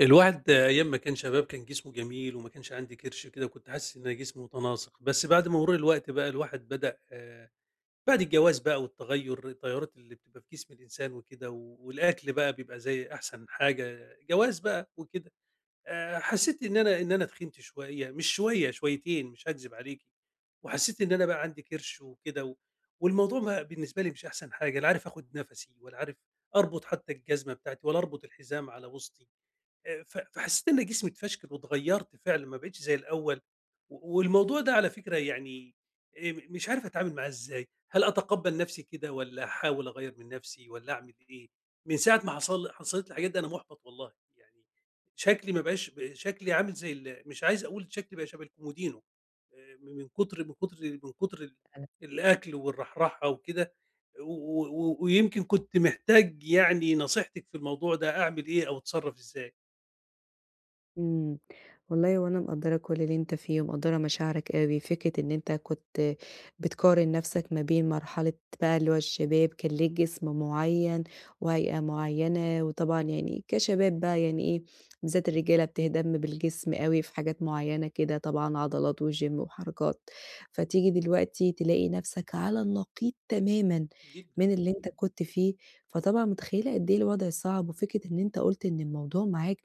الواحد أيام ما كان شباب كان جسمه جميل وما كانش عندي كرش كده، كنت حاسس إن جسمي متناسق، بس بعد مرور الوقت بقى الواحد بدأ، بعد الجواز بقى التغيُّرات اللي بتبقى في جسم الإنسان وكده، والأكل بقى بيبقى زي أحسن حاجة، جواز بقى وكده. حسيت إن أنا تخنت شوية، مش شوية، شويتين مش هاكذب عليكِ. وحسيت إن أنا بقى عندي كرش وكده والموضوع ما بالنسبة لي مش أحسن حاجة، لا عارف آخُد نَفَسي ولا عارف أربط حتى الجزمة بتاعتي ولا أربط الحزام على وسطي. ف فحسيت إن جسمي اتفشكل واتغيّرت فعلًا، ما بقيتش زي الأول. والموضوع ده على فكرة يعني م مش عارف أتعامل معاه إزاي، هل أتقبّل نفسي كده والّا أحاول أغيّر من نفسي والّا أعمل إيه؟ من ساعة ما حصلت لي الحاجات دي أنا محبط والله، يعني شكلي ما بقاش شكلي عامل زي مش عايز أقول شكلي بقى شبه الكومودينو، م من كتر الأكل والرحرحة وكده. و و ويمكن كنت محتاج يعني نصيحتِك في الموضوع ده، أعمل إيه أو أتصرّف إزاي؟ إمم. والله وأنا مقدّرة كل اللي أنت فيه ومقدّرة مشاعرك أوي، فكرة إن أنت كنت بتقارن نَفْسك ما بين مرحلة بقى اللي هو الشباب كان ليه جسم معيّن وهيئة معيّنة، وطبعًا يعني كشباب بقى يعني إيه، بالذات الرجالة بتهتم بالجسم أوي في حاجات معيّنة كده طبعًا عضلات وGym وحركات، فتيجي دلوقتي تلاقي نَفْسك على النقيض تمامًا جدًا. من اللي أنت كنت فيه، فطبعًا متخيّلة قد إيه الوضع صعب، وفكرة إن أنت قُلت إن الموضوع معاك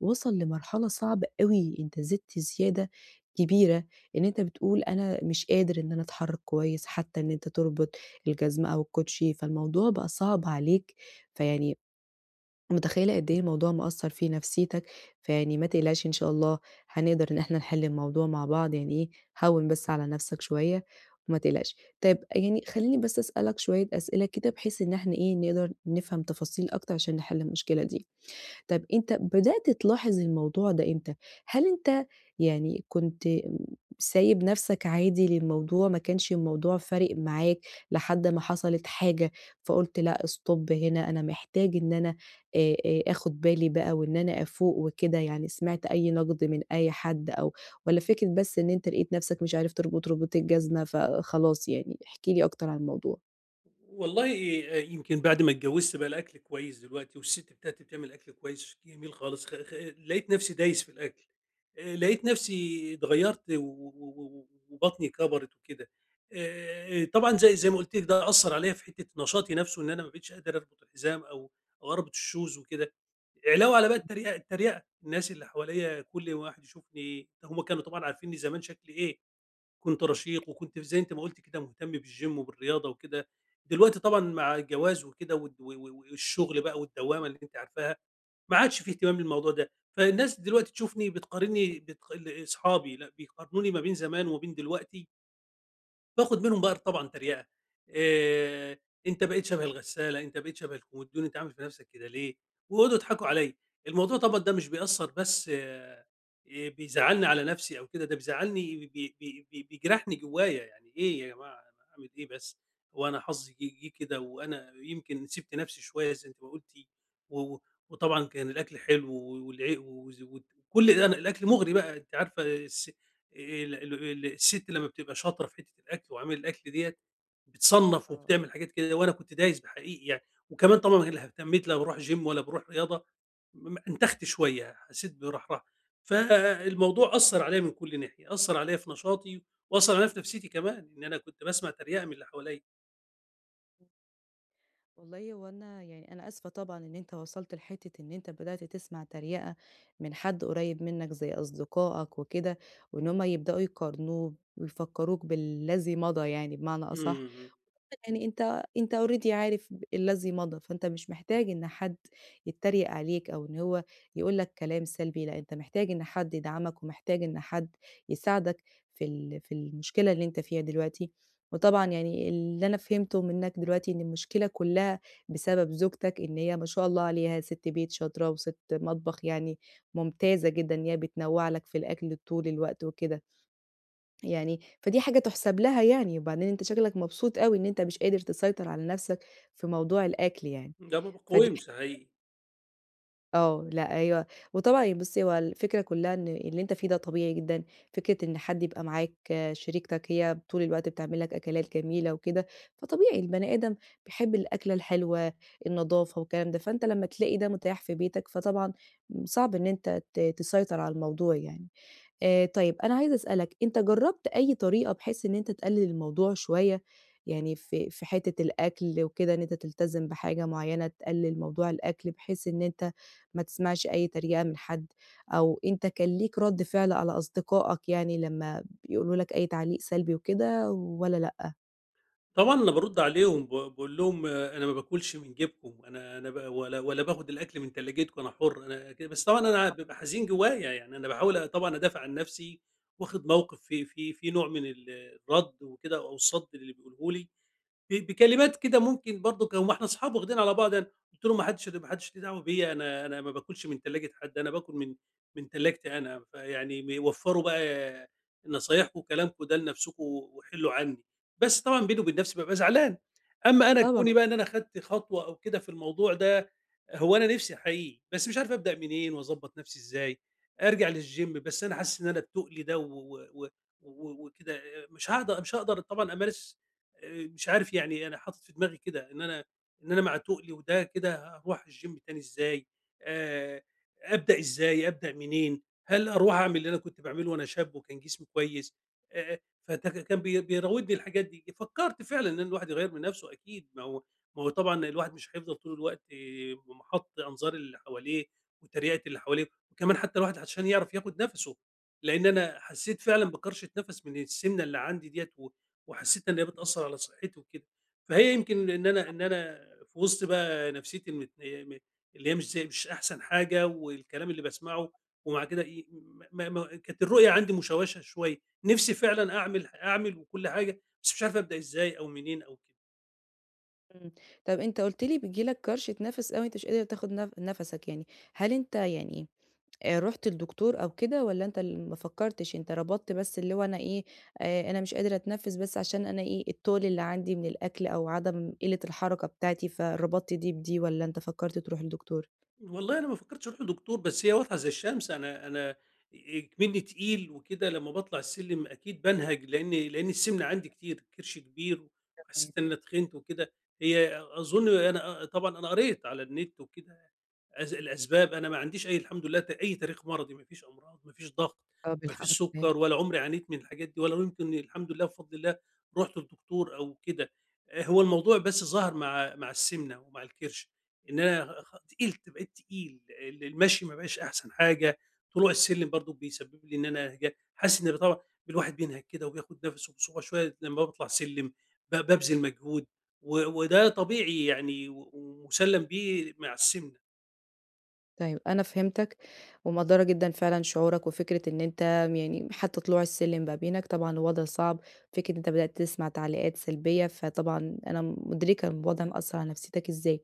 وصل لمرحلة صعبة أوي، أنت زدت زيادة كبيرة، إن أنت بتقول أنا مش قادر إن أنا أتحرك كويس، حتى إن أنت تربط الجزمة أو الكوتشي، فالموضوع بقى صعب عليك، فيعني متخيلة قد إيه الموضوع مأثّر في نفسيتك، فيعني ما تقلقش إن شاء الله هنقدر إن إحنا نحل الموضوع مع بعض، يعني إيه هوّن بس على نفسك شوية وما تقلقش. طيب يعني خلّيني بس أسألك شوية أسئلة كده بحيث إن إحنا إيه نقدر نفهم تفاصيل أكتر عشان نحل المشكلة دي. طب أنت بدأت تلاحظ الموضوع ده إمتى؟ هل أنت يعني كنت سايب نَفْسك عادي للموضوع، ما كانش الموضوع فارق معاك لحد ما حصلت حاجة فقُلت لأ stop هنا، أنا محتاج إن أنا آخُد بالي بقى وإن أنا أفوق وكده، يعني سمعت أي نَقْد من أي حد أو والّا فكرة بس إن أنت لقيت نَفْسك مش عارف تربط رباط الجزمة فخلاص يعني؟ احكِ لي أكتر عن الموضوع. والله، يمكن بعد ما اتجوّزت بقى الأكل كويس دلوقتي والست بتاعتي بتعمل أكل كويس جميل خالص، خ خ لقيت نَفْسي دايس في الأكل. لقيت نَفْسي اتغيّرت وبطني كَبَرِت وكده. طبعًا زي ما قُلت لِك ده أثّر عليّا في حتّة نشاطي نَفْسه، إن أنا ما بقيتش قادر أربط الحزام أو أربط الشوز وكده. علاوة على بقى التريقة التريقة، الناس اللي حواليّا كل واحد يشوفني هم كانوا طبعًا عارفينّي زمان شكلي إيه، كنت رشيق وكنت زي أنتِ ما قُلتِ كده مهتم بالGym وبالرياضة وكده. دلوقتي طبعًا مع الجواز وكده والد و و والشغل بقى والدوّامة اللي أنتِ عارفاها، ما عادش في اهتمام للموضوع ده. فالناس دلوقتي تشوفني بتقارنّي، بتق ال أصحابي، لأ، بيقارنوني ما بين زمان وما بين دلوقتي، باخد منهم بقى طبعًا تريقة. آآ أنت بقيت شبه الغسالة، أنت بقيت شبه الكومودينو، أنت عامل في نفسك كده ليه؟ ويقعدوا يضحكوا عليّا. الموضوع طبعًا ده مش بيأثّر بس، بيزعّلني على نفسي أو كده، ده بيزعّلني، بي بي بي بيجرحني جوايا. يعني إيه يا جماعة أنا أعمل إيه بس؟ هو أنا حظي جه كده وأنا يمكن سِبت نفسي شوية زي أنتِ ما قُلتِ، و و- وطبعًا كان الأكل حلو، والع وز وكل ده أنا الأكل مغري بقى أنتِ عارفة، الست لمّا بتبقى شاطرة في حتّة الأكل وعمايل الأكل ديّة، بتصنّف وبتعمل حاجات كده وأنا كنت دايس بحقيقي يعني. وكمان طبعًا لا اهتميت لا باروح gym ولا باروح رياضة، انتخت شوية، حسّيت برحرحة. فالموضوع أثّر عليَّ من كل ناحية، أثّر عليَّ في نشاطي وأثّر عليَّ في نفسيتي كمان، إن أنا كنت باسمع تريقة من اللي حواليّا. والله هو أنا يعني أنا آسفة طبعًا إن أنت وصلت لحتّة إن أنت بدأت تسمع تريقة من حد قريب منك زي أصدقائك وكده، وإن هم يبدأوا يقارنوك ويفكّروك بالذي مضى يعني بمعنى أصح. إمم. يعني أنت already عارف ب الذي مضى، فأنت مش محتاج إن حد يتريق عليك أو إن هو يقول لك كلام سلبي، لأ أنت محتاج إن حد يدعمك ومحتاج إن حد يساعدك في المشكلة اللي أنت فيها دلوقتي، وطبعًا يعني اللي أنا فهمته منّك دلوقتي إن المشكلة كلّها بسبب زوجتك، إن هي ما شاء الله عليها سِت بيت شاطرة وسِت مطبخ يعني ممتازة جدًا، إن هي بتنوّع لك في الأكل طول الوقت وكده. يعني فدي حاجة تُحسب لها يعني، وبعدين أنت شكلك مبسوط أوي إن أنت مش قادر تسيطر على نَفْسك في موضوع الأكل يعني، إمم، ده ما فدي ح باقاومش حقيقي. آه، لأ أيوه، وطبعًا يعني بُصّي هو الفكرة كُلّها إن اللي أنت فيه ده طبيعي جدًا، فكرة إن حد يبقى معاك آه، شريكتك هي طول الوقت بتعمل لك أكلات جميلة وكده، فطبيعي البني آدم بيحب الأكلة الحلوة، النضافة والكلام ده، فأنت لمّا تلاقي ده متاح في بيتك، فطبعًا صعب إن أنت تسيطر على الموضوع يعني. طيب أنا عايزة أسألك، أنت جرّبت أي طريقة بحيث إن أنت تقلِّل الموضوع شوية، يعني في حتّة الأكل وكده إن أنت تلتزم بحاجة معيّنة، تقلِّل موضوع الأكل بحيث إن أنت ما تسمعش أي تريقة من حد، أو أنت كان ليك رَد فعل على أصدقائك يعني لمّا بيقولوا لك أي تعليق سلبي وكده والّا لأ؟ طبعًا أنا بارُد عليهم، باقول لهم آه، أنا ما باكلش من جيبكم، أنا ب ولا ولا باخد الأكل من تلاجتكم، أنا حُر. أنا ك بس طبعًا أنا بابقى حزين جوايا، يعني أنا باحاول طبعًا أدافع عن نفسي، واخد موقف في نوع من الرد وكده أو الصَّد للي بيقوله لي، بكلمات كده ممكن برضه كان وإحنا أصحاب واخدين على بعض يعني. قُلت له: "ما حدش ليه دعوة بيّا، أنا ما باكلش من تلاجة حد، أنا باكل من تلاجتي أنا، فيعني وفّروا بقى نصايحكم وكلامكم ده لنفسكم وحلّوا عني." بس طبعًا بيني وبين نفسي بابقى زعلان. أمّا أنا كوني طبعًا. بقى إن أنا خدت خطوة أو كده في الموضوع ده، هو أنا نفسي حقيقي، بس مش عارف أبدأ منين وأضبّط نفسي إزاي. أرجع للgym، بس أنا حاسس إن أنا التُقل ده و و و و وكده مش هاقدر طبعًا أمارس. مش عارف يعني، أنا حاطط في دماغي كده إن أنا مع تُقلي وده كده هاروح الgym تاني إزاي. آآ أبدأ إزاي، أبدأ منين، هل أروح أعمل اللي أنا كنت باعمله وأنا شاب وكان جسمي كويس؟ آآ فت كان بيراودني الحاجات دي. فكرت فعلًا إن الواحد يغيّر من نفسه أكيد، ما هو طبعًا الواحد مش هيفضل طول الوقت محَط أنظار اللي حواليه وتريقة اللي حواليه، وكمان حتى الواحد عشان يعرف ياخد نَفَسه، لإن أنا حسيت فعلًا بكرشة نَفَس من السِمنة اللي عندي ديّة وحسيت إن هي بتأثّر على صحّتي وكده. فهي يمكن إن أنا في وسط بقى نفسيتي المتن م اللي هي مش زي، مش أحسن حاجة، والكلام اللي باسمعه، ومع كده إيه، م م كانت الرؤية عندي مشوَّشة شوية. نِفْسي فعلًا أعمل وكل حاجة، بس مش عارف أبدأ إزاي أو منين أو كده. إمم. طَب أنت قُلت لي بييجي لك كَرْش تنفس أوي، أنت مش قادر تاخُد نَفَسك يعني، هل أنت يعني رُحت لدكتور أو كده والّا أنت ما فكّرتش، أنت ربطت بس اللي هو أنا إيه، أنا مش قادر أتنفّس بس عشان أنا إيه، الطول اللي عندي من الأكل أو عدم قِلّة الحركة بتاعتي، فربطت دي بدي والّا أنت فكّرت تروح لدكتور؟ والله أنا ما فكّرتش أروح لدكتور، بس هي واضحة زي الشمس، أنا كمنّي تقيل وكده، لمّا باطلع السلِّم أكيد بانهج، لإن السِمنة عندي كتير، كرشي كبير تمام. وحسّيت إن أنا تخنت وكده. هي أظُن أنا طبعًا أنا قريت على النت وكده الأسباب، أنا ما عنديش أي الحمد لله أي تاريخ مرضي، ما فيش أمراض، ما فيش ضغط، طَب ما الحمد فيش لله. سُكّر، ولا عمري عانيت من الحاجات دي، ولا يمكن الحمد لله بفضل الله رُحت لدكتور أو كده. هو الموضوع بس ظهر مع السمنة ومع الكِرش، إن أنا تقلت، بقيت تقيل، المشي ما بقاش أحسن حاجة، طلوع السلِّم برضه بيسبب لي إن أنا حاسس إن طبعًا الواحد بينهَك كده وبياخد نَفَسه بصعوبة شوية لمّا باطلع سلِّم، بابذل مجهود وده طبيعي يعني ومُسلَّم بيه مع السمنة. طيب أنا فهمتك ومقدّرة جدًا فعلًا شعورك وفكرة إن أنت يعني حتّى طلوع السلِّم بقى بينك طبعًا وضع صعب، فكرة إن أنت بدأت تسمع تعليقات سلبية، فطبعًا أنا مُدركة الوضع مأثّر على نفسيتك إزاي.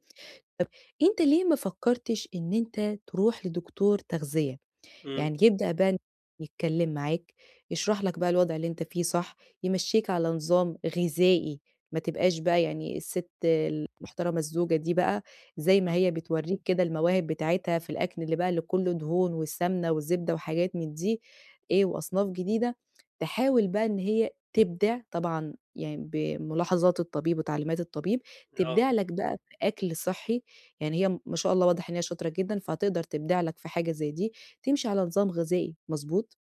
أنت ليه ما فكّرتش إن أنت تروح لدكتور تغذية؟ إمم. يعني يبدأ بقى إن يتكلم معاك، يشرح لك بقى الوضع اللي أنت فيه صح، يمشّيك على نظام غذائي، ما تبقاش بقى يعني الست المحترمة الزوجة دي بقى زي ما إمم، هي بتورّيك كده المواهب بتاعتها في الأكل اللي بقى اللي كُلّه دهون والسمنة والزبدة وحاجات من دي إيه، وأصناف جديدة، تحاول بقى إن هي تبدع طبعًا يعني بملاحظات الطبيب وتعليمات الطبيب، آه، تبدع لك بقى في أكل صحّي، يعني هي ما شاء الله واضح إن هي شاطرة جدًا، فهتقدر تبدع لك في حاجة زي دي، تمشي على نظام غذائي مضبوط،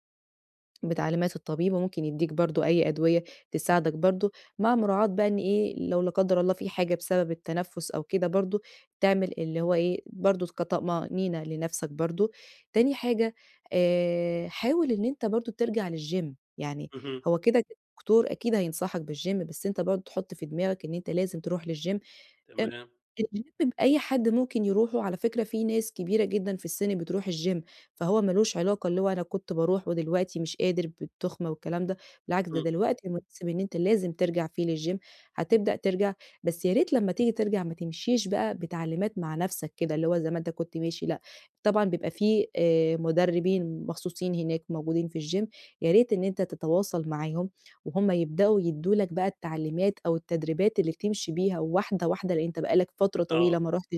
بتعليمات الطبيب وممكن يدّيك برضه أي أدوية تساعدك برضه، مع مراعاة بقى إن إيه، لو لا قدّر الله في حاجة بسبب التنفس أو كده برضه، تعمل اللي هو إيه، برضه كطمأنينة لنفسك برضه. تاني حاجة، حاول إن أنت برضه ترجع للgym يعني اهم، هو كده الدكتور أكيد هينصحك بالgym، بس أنت برضه تحُط في دماغك إن أنت لازم تروح للgym آمم، تمام، الGym بأي حد ممكن يروحه، على فكرة في ناس كبيرة جدًا في السن بتروح الGym، فهو ما لوش علاقة اللي هو أنا كنت باروح ودلوقتي مش قادر بالتخمة والكلام ده، بالعكس ده إمم، دلوقتي المناسب إن أنت لازم ترجع فيه للGym، هتبدأ ترجع، بس يا ريت لمّا تيجي ترجع ما تمشيش بقى بتعليمات مع نفسك كده، اللي هو زي ما أنت كنت ماشي لأ، طبعًا بيبقى في مدربين مخصوصين هناك موجودين في الGym، يا ريت إن أنت تتواصل معاهم وهُم يبدأوا يدّوا لك بقى التعليمات أو التدريبات اللي تمشي بيها واحدة، واحدة، لإن أنت بقى لك فترة آه، طويلة ما رُحتش،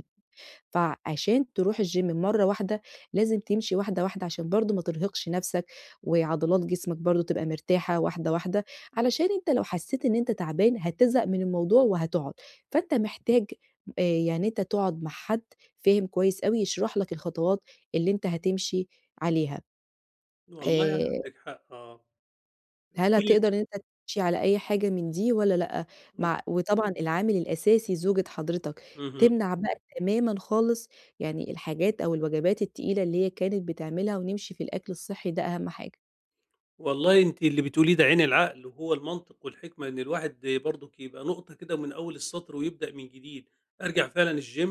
فعشان تروح الgym مرّة واحدة لازم تمشي واحدة، واحدة، عشان برضه ما ترهقش نَفْسك، وعضلات جسمك برضه تبقى مرتاحة واحدة، واحدة، علشان أنت لو حسّيت إن أنت تعبان هتزهق من الموضوع وهتقعد، فأنت محتاج يعني أنت تقعد مع حد فاهم كويس أوي يشرح لك الخطوات اللي أنت هتمشي عليها. والله آآ عندِك حق آه، هل قولي، هتقدر إن أنت تمشي على أي حاجة من دي والّا لأ؟ إمم، مع وطبعًا العامل الأساسي زوجة حضرتك، اهم. تمنع بقى تمامًا خالص يعني الحاجات أو الوجبات التقيلة اللي هي كانت بتعملها ونمشي في الأكل الصحّي ده أهم حاجة. والله أنتِ اللي بتقوليه ده عين العقل، وهو المنطق والحكمة، إن الواحد برضُك يبقى نقطة كده من أول السطر ويبدأ من جديد، أرجع فعلًا الgym،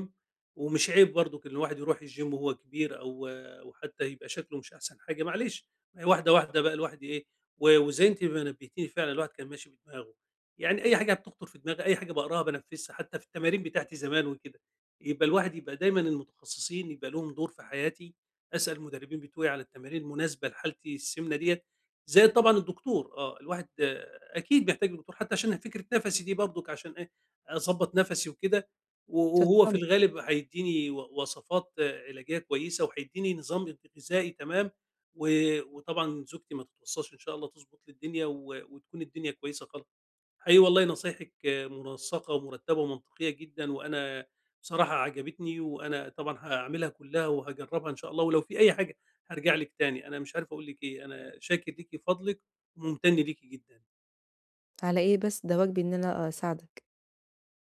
ومش عيب برضُك إن الواحد يروح الgym وهو كبير أو حتى يبقى شكله مش أحسن حاجة، معلش. ما هي واحدة، واحدة بقى الواحد إيه، وزي أنتِ ما نبهتيني فعلًا الواحد كان ماشي بدماغه، يعني أي حاجة بتخطر في دماغي، أي حاجة باقراها بانفذها، حتى في التمارين بتاعتي زمان وكده، يبقى الواحد يبقى دايمًا المتخصصين يبقى لهم دور في حياتي، أسأل المدربين بتوعي على التمارين المناسبة لحالتي السمنة ديّة، زائد طبعًا الدكتور الواحد أكيد بيحتاج لدكتور حتى عشان فكرة نَفَسي دي برضُك، عشان إيه، أضبّط نَفَسي وكده، وهو في تفضّلي، الغالب هيدّيني وصفات علاجية كويسة وهيدّيني نظام غذائي تمام، و وطبعًا زوجتي ما تتوصّاش إن شاء الله تضبط لي الدنيا وتكون الدنيا كويسة خالص. حقيقي والله نصايحِك منسّقة ومرتّبة ومنطقية جدًا، وأنا بصراحة عجبتني، وأنا طبعًا هاعملها كلّها وهاجرّبها إن شاء الله، ولو في أي حاجة هارجع لِك تاني، أنا مش عارف أقول لِك إيه، أنا شاكر ليكِ، فضلِك وممتن ليكِ جدًا. على إيه بس، ده واجبي إن أنا أساعدك.